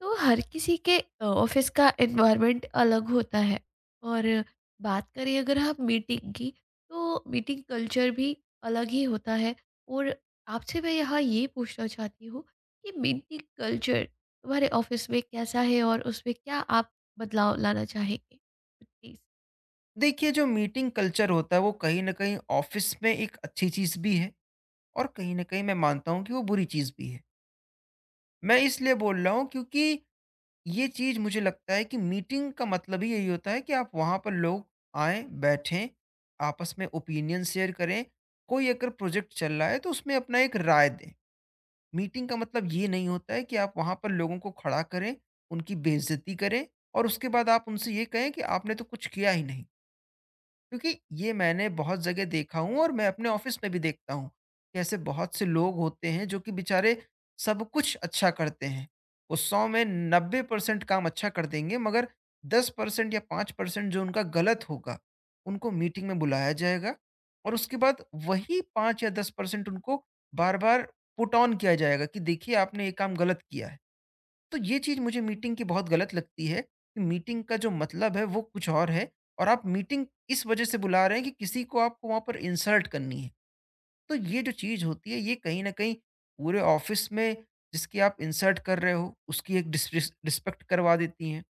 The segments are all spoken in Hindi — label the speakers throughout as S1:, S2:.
S1: तो हर किसी के ऑफिस का एनवायरनमेंट अलग होता है। और बात करें अगर आप मीटिंग की, तो मीटिंग कल्चर भी अलग ही होता है। और आपसे मैं यहाँ ये पूछना चाहती हूँ कि मीटिंग कल्चर तुम्हारे ऑफिस में कैसा है और उसमें क्या आप बदलाव लाना चाहेंगे? प्लीज।
S2: देखिए, जो मीटिंग कल्चर होता है वो कहीं न कहीं ऑफ़िस में एक अच्छी चीज़ भी है और कहीं न कहीं मैं मानता हूँ कि वो बुरी चीज़ भी है। मैं इसलिए बोल रहा हूँ क्योंकि ये चीज़ मुझे लगता है कि मीटिंग का मतलब ही यही होता है कि आप वहाँ पर लोग आएँ, बैठें, आपस में ओपिनियन शेयर करें, कोई अगर प्रोजेक्ट चल रहा है तो उसमें अपना एक राय दें। मीटिंग का मतलब ये नहीं होता है कि आप वहाँ पर लोगों को खड़ा करें, उनकी बेइज़्ज़ती करें और उसके बाद आप उनसे ये कहें कि आपने तो कुछ किया ही नहीं। क्योंकि ये मैंने बहुत जगह देखा हूँ और मैं अपने ऑफिस में भी देखता हूँ कि ऐसे बहुत से लोग होते हैं जो कि बेचारे सब कुछ अच्छा करते हैं। वो सौ में 90% काम अच्छा कर देंगे, मगर 10% या 5% जो उनका गलत होगा, उनको मीटिंग में बुलाया जाएगा और उसके बाद वही 5 या 10% उनको बार बार पुट ऑन किया जाएगा कि देखिए, आपने ये काम गलत किया है। तो ये चीज़ मुझे मीटिंग की बहुत गलत लगती है कि मीटिंग का जो मतलब है वो कुछ और है और आप मीटिंग इस वजह से बुला रहे हैं कि किसी को आपको वहाँ पर इंसल्ट करनी है। तो ये जो चीज़ होती है, ये कहीं न कहीं पूरे ऑफ़िस में जिसकी आप इंसल्ट कर रहे हो उसकी एक डिसरिस रिस्पेक्ट करवा देती हैं।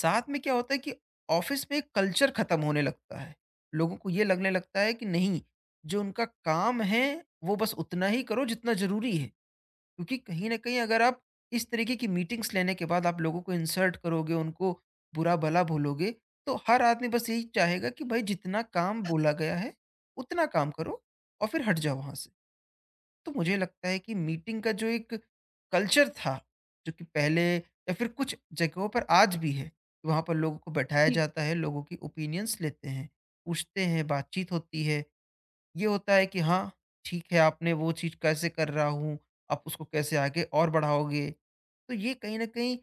S2: साथ में क्या होता है कि ऑफ़िस में एक कल्चर ख़त्म होने लगता है। लोगों को ये लगने लगता है कि नहीं, जो उनका काम है वो बस उतना ही करो जितना ज़रूरी है। क्योंकि कहीं न कहीं अगर आप इस तरीके की मीटिंग्स लेने के बाद आप लोगों को इंसल्ट करोगे, उनको बुरा-भला बोलोगे, तो हर आदमी बस यही चाहेगा कि भाई जितना काम बोला गया है, उतना काम करो और फिर हट जाओ वहाँ से। तो मुझे लगता है कि मीटिंग का जो एक कल्चर था, जो कि पहले या फिर कुछ जगहों पर आज भी है, वहाँ पर लोगों को बैठाया
S1: जी।
S2: जाता है, लोगों की ओपिनियंस लेते हैं, पूछते हैं, बातचीत होती है। ये होता है कि हाँ, ठीक है, आपने वो चीज़ कैसे कर रहा हूँ, आप उसको कैसे आगे और बढ़ाओगे। तो ये कहीं न कहीं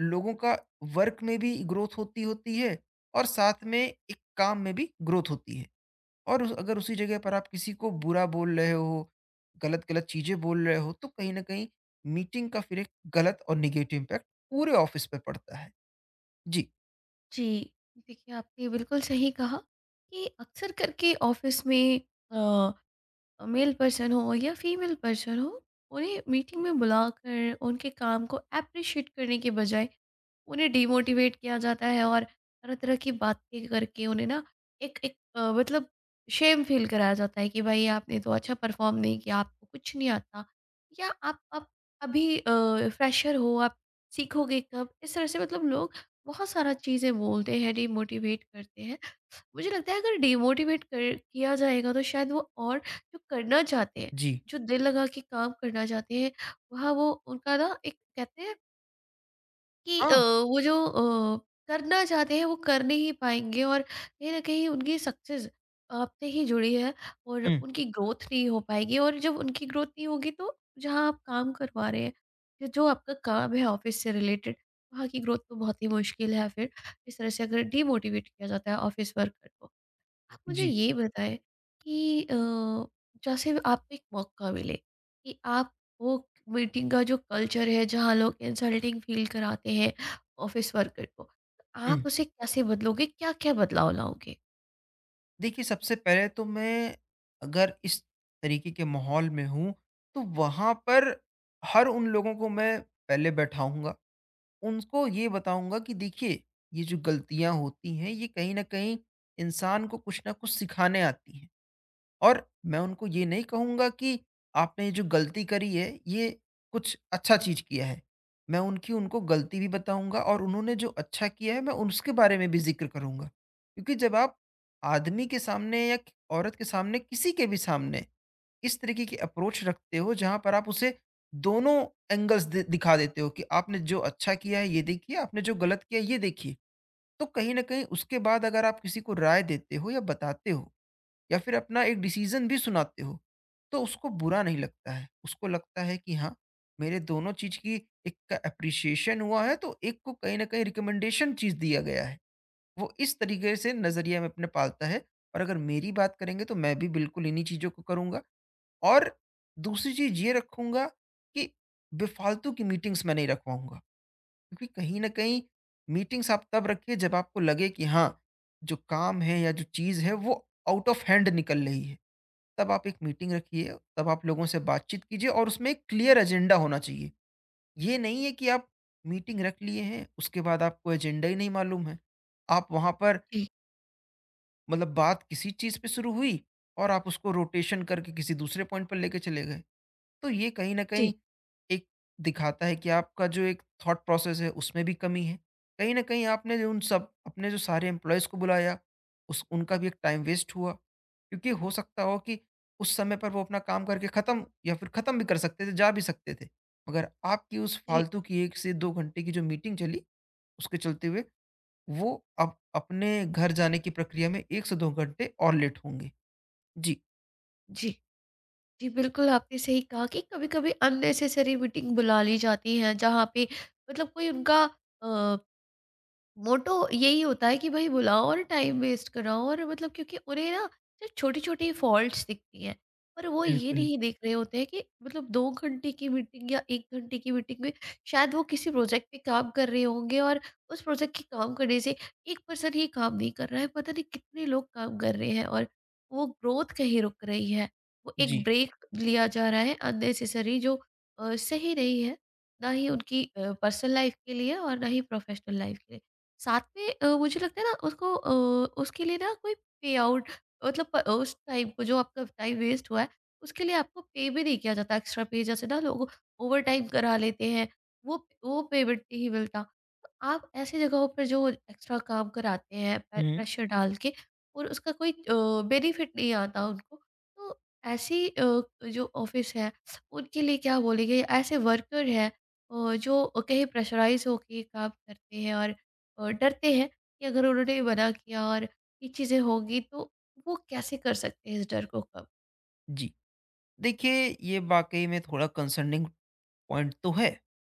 S2: लोगों का वर्क में भी ग्रोथ होती होती है और साथ में एक काम में भी ग्रोथ होती है। और उस अगर उसी जगह पर आप किसी को बुरा बोल रहे हो, गलत-गलत चीज़ें बोल रहे हो, तो कहीं न कहीं मीटिंग का फिर एक गलत और नेगेटिव इम्पैक्ट पूरे ऑफ़िस पे पड़ता है। जी,
S1: जी, देखिए आपने बिल्कुल सही कहा कि अक्सर करके ऑफिस में मेल पर्सन हो या फीमेल पर्सन हो, उन्हें मीटिंग में बुलाकर उनके काम को अप्रिशिएट करने के बजाय उन्हें डिमोटिवेट किया जाता है। और तरह तरह की बातें करके उन्हें ना एक एक अ, मतलब शेम फील कराया जाता है कि भाई आपने तो अच्छा परफॉर्म नहीं किया, आपको कुछ नहीं आता, या आप अभी फ्रेशर हो, आप सीखोगे कब। इस तरह से मतलब लोग बहुत सारा चीज़ें बोलते हैं, डिमोटिवेट करते हैं। मुझे लगता है अगर डिमोटिवेट कर किया जाएगा तो शायद वो, और जो करना चाहते हैं,
S2: जी।
S1: जो दिल लगा के काम करना चाहते हैं, वहाँ वो उनका ना एक कहते हैं कि
S2: हाँ।
S1: वो जो करना चाहते हैं वो कर नहीं पाएँगे। और कहीं न कहीं उनकी सक्सेस आपसे ही जुड़ी है, और
S2: हुँ,
S1: उनकी ग्रोथ नहीं हो पाएगी। और जब उनकी ग्रोथ नहीं होगी तो जहाँ आप काम करवा रहे हैं, जो जो आपका काम है ऑफ़िस से रिलेटेड, वहाँ की ग्रोथ तो बहुत ही मुश्किल है फिर। इस तरह से अगर डिमोटिवेट किया जाता है ऑफ़िस वर्कर को। आप मुझे
S2: जी,
S1: ये बताएं कि जैसे आपको एक मौका मिले कि आप वो मीटिंग का जो कल्चर है जहाँ लोग इंसल्टिंग फील कराते हैं ऑफिस वर्कर को, तो
S2: हुँ।
S1: आप उसे कैसे बदलोगे, क्या-क्या बदलाव लाओगे?
S2: देखिए, सबसे पहले तो मैं अगर इस तरीके के माहौल में हूँ, तो वहाँ पर हर उन लोगों को मैं पहले बैठाऊँगा। उनको ये बताऊँगा कि देखिए, ये जो गलतियाँ होती हैं, ये कहीं न कहीं इंसान को कुछ न कुछ सिखाने आती हैं। और मैं उनको ये नहीं कहूँगा कि आपने ये जो गलती करी है, ये कुछ अच्छा चीज़ किया है। मैं उनकी उनको गलती भी बताऊँगा और उन्होंने जो अच्छा किया है, मैं उसके बारे में भी ज़िक्र करूँगा। क्योंकि जब आप आदमी के सामने या क औरत के सामने, किसी के भी सामने इस तरीके की अप्रोच रखते हो, जहाँ पर आप उसे दोनों एंगल्स दि दिखा देते हो कि आपने जो अच्छा किया है, ये देखिए, आपने जो गलत किया है, ये देखिए। तो कहीं न कहीं उसके बाद अगर आप किसी को राय देते हो या बताते हो, या फिर अपना एक डिसीजन भी सुनाते हो, तो उसको बुरा नहीं लगता है। उसको लगता है कि हाँ, मेरे दोनों चीज की एक का अप्रिशिएशन हुआ है तो एक को कहीं ना कहीं रिकमेंडेशन चीज दिया गया है। वो इस तरीके से नजरिया में अपने पालता है। और अगर मेरी बात करेंगे तो मैं भी बिल्कुल इन्हीं चीजों को करूंगा। और दूसरी चीज ये रखूंगा कि बेफालतू की मीटिंग्स मैं नहीं रखवाऊंगा, क्योंकि कहीं ना कहीं मीटिंग्स आप तब रखिए जब आपको लगे कि हाँ, जो काम है या जो चीज है वो आउट ऑफ हैंड निकल रही है। तब आप एक मीटिंग रखिए, तब आप लोगों से बातचीत कीजिए और उसमें एक क्लियर एजेंडा होना चाहिए। ये नहीं है कि आप मीटिंग रख लिए हैं, उसके बाद आपको एजेंडा ही नहीं मालूम है। आप वहाँ पर
S1: जी।
S2: मतलब बात किसी चीज़ पे शुरू हुई और आप उसको रोटेशन करके किसी दूसरे पॉइंट पर लेके चले गए। तो ये कहीं न
S1: जी।
S2: कहीं एक दिखाता है कि आपका जो एक थॉट प्रोसेस है उसमें भी कमी है। कहीं न कहीं आपने जो उन सब अपने जो सारे एम्प्लॉइज़ को बुलाया, उस उनका भी एक टाइम वेस्ट हुआ। क्योंकि हो सकता हो कि उस समय पर वो अपना काम करके खत्म या फिर खत्म भी कर सकते थे, जा भी सकते थे। मगर आपकी उस
S1: जी।
S2: फालतू की 1 से 2 घंटे की जो मीटिंग चली, उसके चलते हुए वो अब अपने घर जाने की प्रक्रिया में 1 से 2 घंटे और लेट होंगे। जी।
S1: जी। जी, बिल्कुल आपने सही कहा कि कभी-कभी अननेसेसरी मीटिंग बुला ली जाती है जहाँ पे मतलब कोई उनका अ मोटो यही होता है कि भाई बुलाओ और टाइम वेस्ट कराओ। और मतलब क्योंकि उन्हें ना सिर्फ छोटी-छोटी फॉल्ट्स दिखती हैं। पर वो ये
S2: बिल्कुल।
S1: नहीं देख रहे होते हैं कि मतलब 2 घंटे की मीटिंग या 1 घंटे की मीटिंग में शायद वो किसी प्रोजेक्ट पे काम कर रहे होंगे, और उस प्रोजेक्ट के काम करने से 1 पर्सन ही काम नहीं कर रहा है, पता नहीं कितने लोग काम कर रहे हैं, और वो ग्रोथ कहीं रुक रही है। वो एक
S2: जी।
S1: ब्रेक लिया जा रहा है अननेसेसरी, जो सही नहीं है, ना ही उनकी पर्सनल लाइफ के लिए और ना ही प्रोफेशनल लाइफ के लिए। साथ में मुझे लगता है ना उसको उसके लिए ना कोई पेआउट, उस टाइम को जो आपका टाइम वेस्ट हुआ है, उसके लिए आपको पे भी नहीं किया जाता एक्स्ट्रा पे। जैसे ना लोग ओवर टाइम करा लेते हैं, वो वो पेमेंट नहीं मिलता। तो आप ऐसी जगहों पर जो एक्स्ट्रा काम कराते हैं
S2: हुँ।
S1: प्रेशर डाल के, और उसका कोई बेनिफिट नहीं आता उनको। तो ऐसी जो ऑफिस है उनके लिए क्या बोलेंगे? ऐसे वर्कर हैं जो कहीं प्रेशराइज होके काम करते हैं, और डरते हैं कि अगर उन्होंने मना किया और ये चीज़ें होंगी तो, वो कैसे कर सकते हैं इस डर को कम?
S2: जी। देखिए, ये वाक़ई में थोड़ा कंसर्निंग पॉइंट तो है कि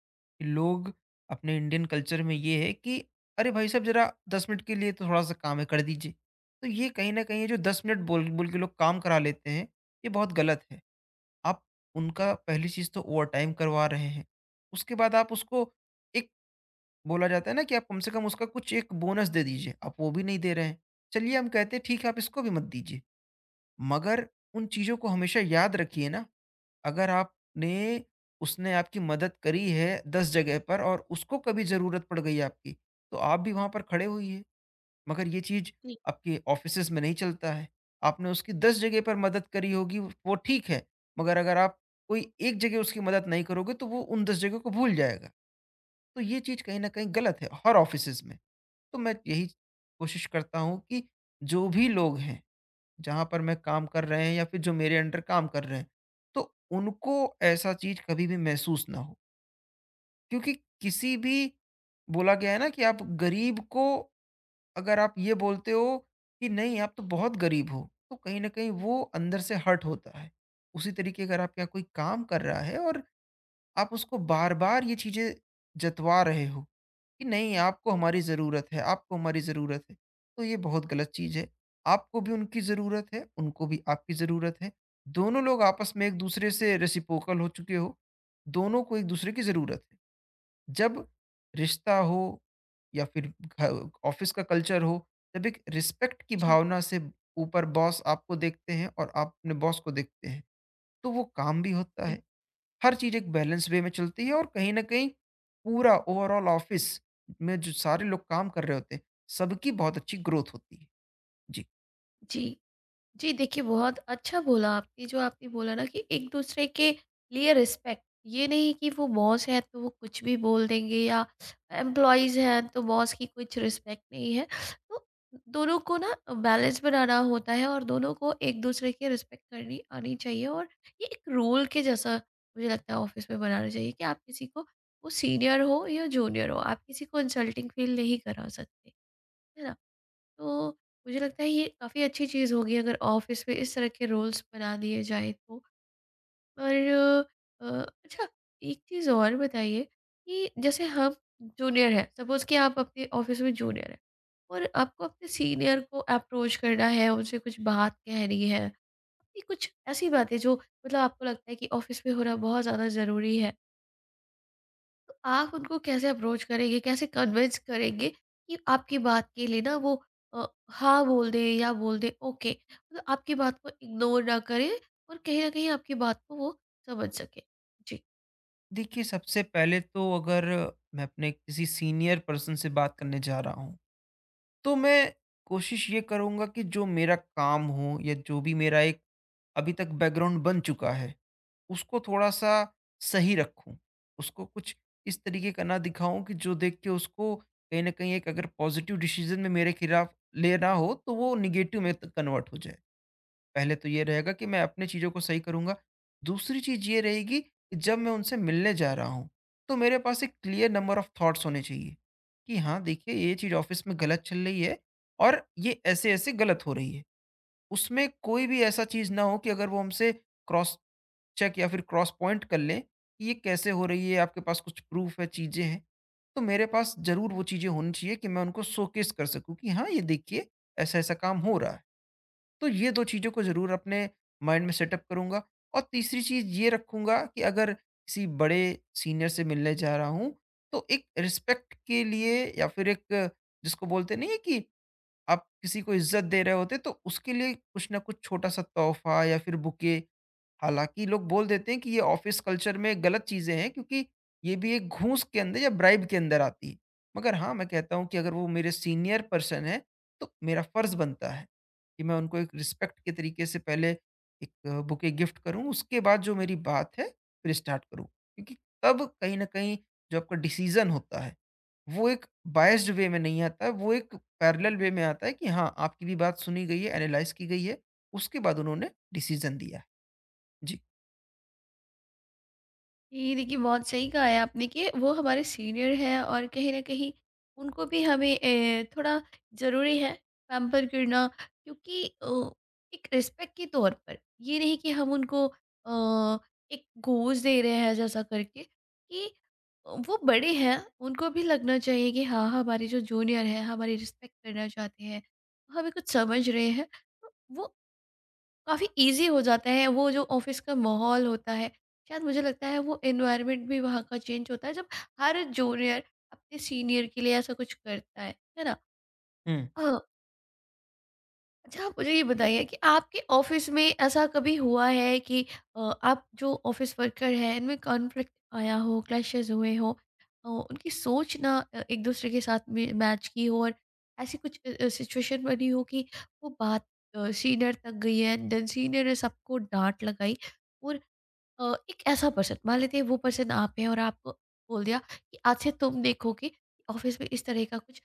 S2: लोग अपने इंडियन कल्चर में ये है कि अरे भाई साहब, ज़रा 10 मिनट के लिए तो थोड़ा-सा काम है, कर दीजिए। तो ये कहीं न कहीं ये जो 10 मिनट बोल बोल के लोग काम करा लेते हैं, ये बहुत गलत है। आप उनका पहली चीज़ तो ओवरटाइम करवा रहे हैं। उसके बाद आप उसको एक बोला जाता है ना कि आप कम से कम उसका कुछ एक बोनस दे दीजिए, आप वो भी नहीं दे रहे हैं। चलिए हम कहते हैं ठीक है, आप इसको भी मत दीजिए, मगर उन चीज़ों को हमेशा याद रखिए ना, अगर आपने उसने आपकी मदद करी है 10 जगह पर और उसको कभी ज़रूरत पड़ गई आपकी, तो आप भी वहाँ पर खड़े होइए। मगर ये चीज़
S1: जी।
S2: आपके ऑफ़िसेज़ में नहीं चलता है। आपने उसकी 10 जगह पर मदद करी होगी, वो ठीक है, मगर अगर आप कोई एक जगह उसकी मदद नहीं करोगे, तो वो उन 10 जगहों को भूल जाएगा। तो ये चीज़ कहीं न कहीं गलत है हर ऑफ़िसेज़ में। तो मैं यही कोशिश करता हूँ कि जो भी लोग हैं, जहाँ पर मैं काम कर रहे हैं या फिर जो मेरे अंडर काम कर रहे हैं, तो उनको ऐसा चीज़ कभी भी महसूस ना हो। क्योंकि किसी भी बोला गया है ना कि आप गरीब को अगर आप ये बोलते हो कि नहीं, आप तो बहुत गरीब हो, तो कहीं न कहीं वो अंदर से हर्ट होता है। उसी तरीके अगर आपके यहाँ कोई काम कर रहा है और आप उसको बार-बार ये चीज़ें जतवा रहे हो, कि नहीं, आपको हमारी ज़रूरत है, आपको हमारी ज़रूरत है। तो ये बहुत गलत चीज़ है। आपको भी उनकी ज़रूरत है, उनको भी आपकी ज़रूरत है। दोनों लोग आपस में एक-दूसरे से रेसिप्रोकल हो चुके हो। दोनों को एक-दूसरे की ज़रूरत है। जब रिश्ता हो या फिर घ ऑफ़िस का कल्चर हो, तब एक रिस्पेक्ट की
S1: जी।
S2: भावना से ऊपर बॉस आपको देखते हैं और आप अपने बॉस को देखते हैं, तो वो काम भी होता
S1: जी।
S2: है। हर चीज़ एक बैलेंस वे में चलती है और कहीं न कहीं पूरा ओवरॉल ऑफ़िस में जो सारे लोग काम कर रहे होते हैं, सबकी बहुत अच्छी ग्रोथ होती है। जी।
S1: जी। जी, देखिए, बहुत अच्छा बोला आपने। जो आपने बोला ना कि एक-दूसरे के लिए रिस्पेक्ट, ये नहीं कि वो बॉस है तो वो कुछ भी बोल देंगे, या एम्प्लॉइज़ हैं तो बॉस की कुछ रिस्पेक्ट नहीं है। तो दोनों को ना बैलेंस बनाना होता है, और दोनों को एक-दूसरे की रिस्पेक्ट करनी आनी चाहिए। और ये एक रूल के जैसा मुझे लगता है ऑफ़िस में बनाना चाहिए कि आप किसी को, वो सीनियर हो या जूनियर हो, आप किसी को इंसल्टिंग फ़ील नहीं करा सकते, है ना? तो मुझे लगता है ये काफ़ी अच्छी चीज़ होगी अगर ऑफिस में इस तरह के रूल्स बना दिए जाएँ तो। और अ, अच्छा, एक चीज़ और बताइए कि जैसे हम जूनियर हैं, सपोज़ कि आप अपने ऑफिस में जूनियर हैं और आपको अपने सीनियर को अप्रोच करना है, उनसे कुछ बात कहनी है, आपकी कुछ ऐसी बातें जो मतलब आपको लगता है कि ऑफिस में होना बहुत ज़्यादा ज़रूरी है। तो आप उनको कैसे अप्रोच करेंगे, कैसे कन्विंस करेंगे कि आपकी बात के लिए ना वो हाँ बोल दें, या बोल दें ओके, मतलब आपकी बात को इग्नोर ना करें और कहीं न कहीं आपकी बात को वो समझ सकें? जी।
S2: देखिए, सबसे पहले तो अगर मैं अपने किसी सीनियर पर्सन से बात करने जा रहा हूँ, तो मैं कोशिश ये करूँगा कि जो मेरा काम हो या जो भी मेरा एक अभी तक बैकग्राउंड बन चुका है उसको थोड़ा-सा सही रखूँ। उसको कुछ इस तरीके का ना दिखाऊँ कि जो देख के उसको कहीं न कहीं एक अगर पॉज़िटिव डिसीज़न में मेरे खिलाफ लेना हो तो वो नेगेटिव में त कन्वर्ट हो जाए। पहले तो ये रहेगा कि मैं अपनी चीज़ों को सही करूँगा। दूसरी चीज़ ये रहेगी कि जब मैं उनसे मिलने जा रहा हूँ, तो मेरे पास एक क्लियर नंबर ऑफ़ थॉट्स होने चाहिए कि हाँ, देखिए, ये चीज़ ऑफ़िस में गलत चल रही है और ये ऐसे-ऐसे गलत हो रही है। उसमें कोई भी ऐसा चीज़ ना हो कि अगर वो हमसे क्रॉस चेक या फिर क्रॉस पॉइंट कर लें कि ये कैसे हो रही है, आपके पास कुछ प्रूफ़ है, चीज़ें हैं। तो मेरे पास ज़रूर वो चीज़ें होनी चाहिए कि मैं उनको शोकेस कर सकूँ कि हाँ, ये देखिए, ऐसा-ऐसा काम हो रहा है। तो ये 2 चीज़ों को ज़रूर अपने माइंड में सेटअप करूँगा और तीसरी चीज़ ये रखूँगा कि अगर किसी बड़े सीनियर से मिलने जा रहा हूँ, तो एक रिस्पेक्ट के लिए या फिर एक जिसको बोलते नहीं है कि आप किसी को इज़्ज़त दे रहे होते हैं, तो उसके लिए कुछ ना कुछ छोटा-सा तोहफ़ा या फिर बुके। हालाँकि लोग बोल देते हैं कि ये ऑफ़िस कल्चर में गलत चीज़ें हैं क्योंकि ये भी एक घूस के अंदर या ब्राइब के अंदर आती है। मगर हाँ, मैं कहता हूँ कि अगर वो मेरे सीनियर पर्सन हैं, तो मेरा फ़र्ज़ बनता है कि मैं उनको एक रिस्पेक्ट के तरीके से पहले एक बुके गिफ्ट करूँ, उसके बाद जो मेरी बात है, फिर स्टार्ट करूँ। क्योंकि तब कहीं न कहीं जो आपका डिसीज़न होता है वो एक बायस्ड वे में नहीं आता है, वो एक पैरेलल वे में आता है कि हाँ, आपकी भी बात सुनी गई है, एनालाइज़ की गई है, उसके बाद उन्होंने डिसीज़न दिया है। जी।
S1: ये देखिए, बहुत सही कहा है आपने कि वो हमारे सीनियर हैं और कहीं न कहीं उनको भी हमें ए, थोड़ा ज़रूरी है पैम्पर करना, क्योंकि एक रिस्पेक्ट के तौर पर। ये नहीं कि हम उनको एक घूस दे रहे हैं जैसा करके कि वो बड़े हैं। उनको भी लगना चाहिए कि हाँ, हमारे जो जूनियर हैं हमारी रिस्पेक्ट करना चाहते हैं, हमें कुछ समझ रहे हैं। तो वो काफ़ी ईज़ी हो जाता है, वो जो ऑफिस का माहौल होता है। शायद मुझे लगता है वो एनवायरनमेंट भी वहाँ का चेंज होता है जब हर जूनियर अपने सीनियर के लिए ऐसा कुछ करता है। है ना?
S2: हुँ,
S1: अच्छा, आप मुझे ये बताइए कि आपके ऑफिस में ऐसा कभी हुआ है कि आप जो ऑफिस वर्कर हैं इनमें कॉन्फ्लिक्ट आया हो, क्लैशेस हुए हो, उनकी सोच ना एक दूसरे के साथ में मैच की हो, और ऐसी कुछ सिचुएशन बनी हो कि वो बात सीनियर तक गई है, देन सीनियर ने सबको डांट लगाई, और एक ऐसा पर्सन मान लेते हैं, वो पर्सन आप हैं और आपको बोल दिया कि आज से तुम देखोगे कि ऑफिस में इस तरह का कुछ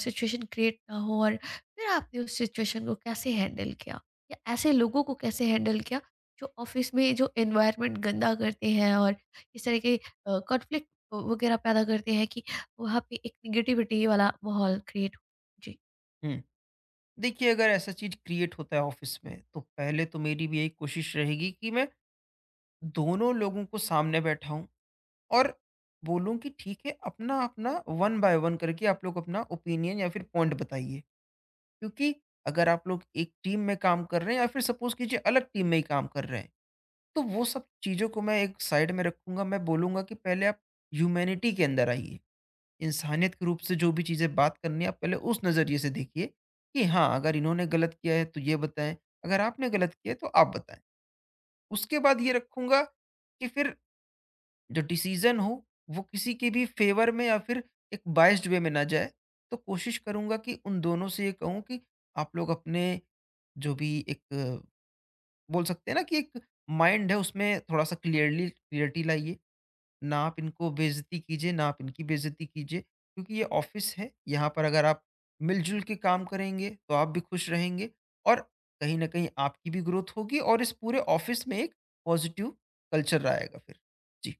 S1: सिचुएशन क्रिएट ना हो, और फिर आपने उस सिचुएशन को कैसे हैंडल किया, या ऐसे लोगों को कैसे हैंडल किया जो ऑफिस में जो एनवायरनमेंट गंदा करते हैं और इस तरह के कॉन्फ्लिक्ट वगैरह पैदा करते हैं कि वहाँ पे एक निगेटिविटी वाला माहौल क्रिएट हो। जी।
S2: हुँ। देखिए, अगर ऐसा चीज़ क्रिएट होता है ऑफ़िस में, तो पहले तो मेरी भी यही कोशिश रहेगी कि मैं दोनों लोगों को सामने बैठाऊँ और बोलूँ कि ठीक है, अपना-अपना वन बाय वन करके आप लोग अपना ओपिनियन या फिर पॉइंट बताइए। क्योंकि अगर आप लोग एक टीम में काम कर रहे हैं या फिर सपोज़ कीजिए अलग टीम में ही काम कर रहे हैं, तो वो सब चीज़ों को मैं एक साइड में रखूँगा, मैं बोलूँगा कि पहले आप ह्यूमैनिटी के अंदर आइए। इंसानियत के रूप से जो भी चीज़ें बात करनी है, आप पहले उस नज़रिए से देखिए कि हाँ, अगर इन्होंने गलत किया है, तो ये बताएँ, अगर आपने गलत किया है, तो आप बताएँ। उसके बाद ये रखूँगा कि फिर जो डिसीज़न हो, वो किसी के भी फ़ेवर में या फिर एक बायस्ड वे में ना जाए। तो कोशिश करूँगा कि उन दोनों से ये कहूँ कि आप लोग अपने जो भी एक बोल सकते हैं ना कि एक माइंड है उसमें थोड़ा सा क्लियरली क्लियरिटी लाइए। ना आप इनको बेइज्जती कीजिए, ना आप इनकी बेइज्जती कीजिए, क्योंकि ये ऑफिस है। यहाँ पर अगर आप मिलजुल के काम करेंगे तो आप भी खुश रहेंगे और कहीं ना कहीं आपकी भी ग्रोथ होगी और इस पूरे ऑफिस में एक पॉजिटिव कल्चर आएगा फिर। जी।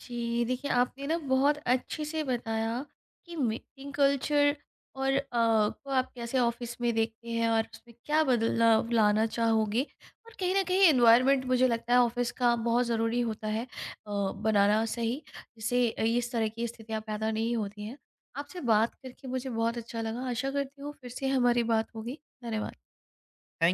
S1: जी, देखिए आपने ना बहुत अच्छे से बताया कि मीटिंग कल्चर और को आप कैसे ऑफिस में देखते हैं और उसमें क्या बदलाव लाना चाहोगे। और कहीं न कहीं एनवायरनमेंट मुझे लगता है ऑफिस का बहुत ज़रूरी होता है बनाना सही, जिससे इस तरह की स्थितियाँ पैदा नहीं होती हैं। आपसे बात करके मुझे बहुत अच्छा लगा, आशा करती हूँ फिर से हमारी बात होगी। धन्यवाद।
S2: थैंक।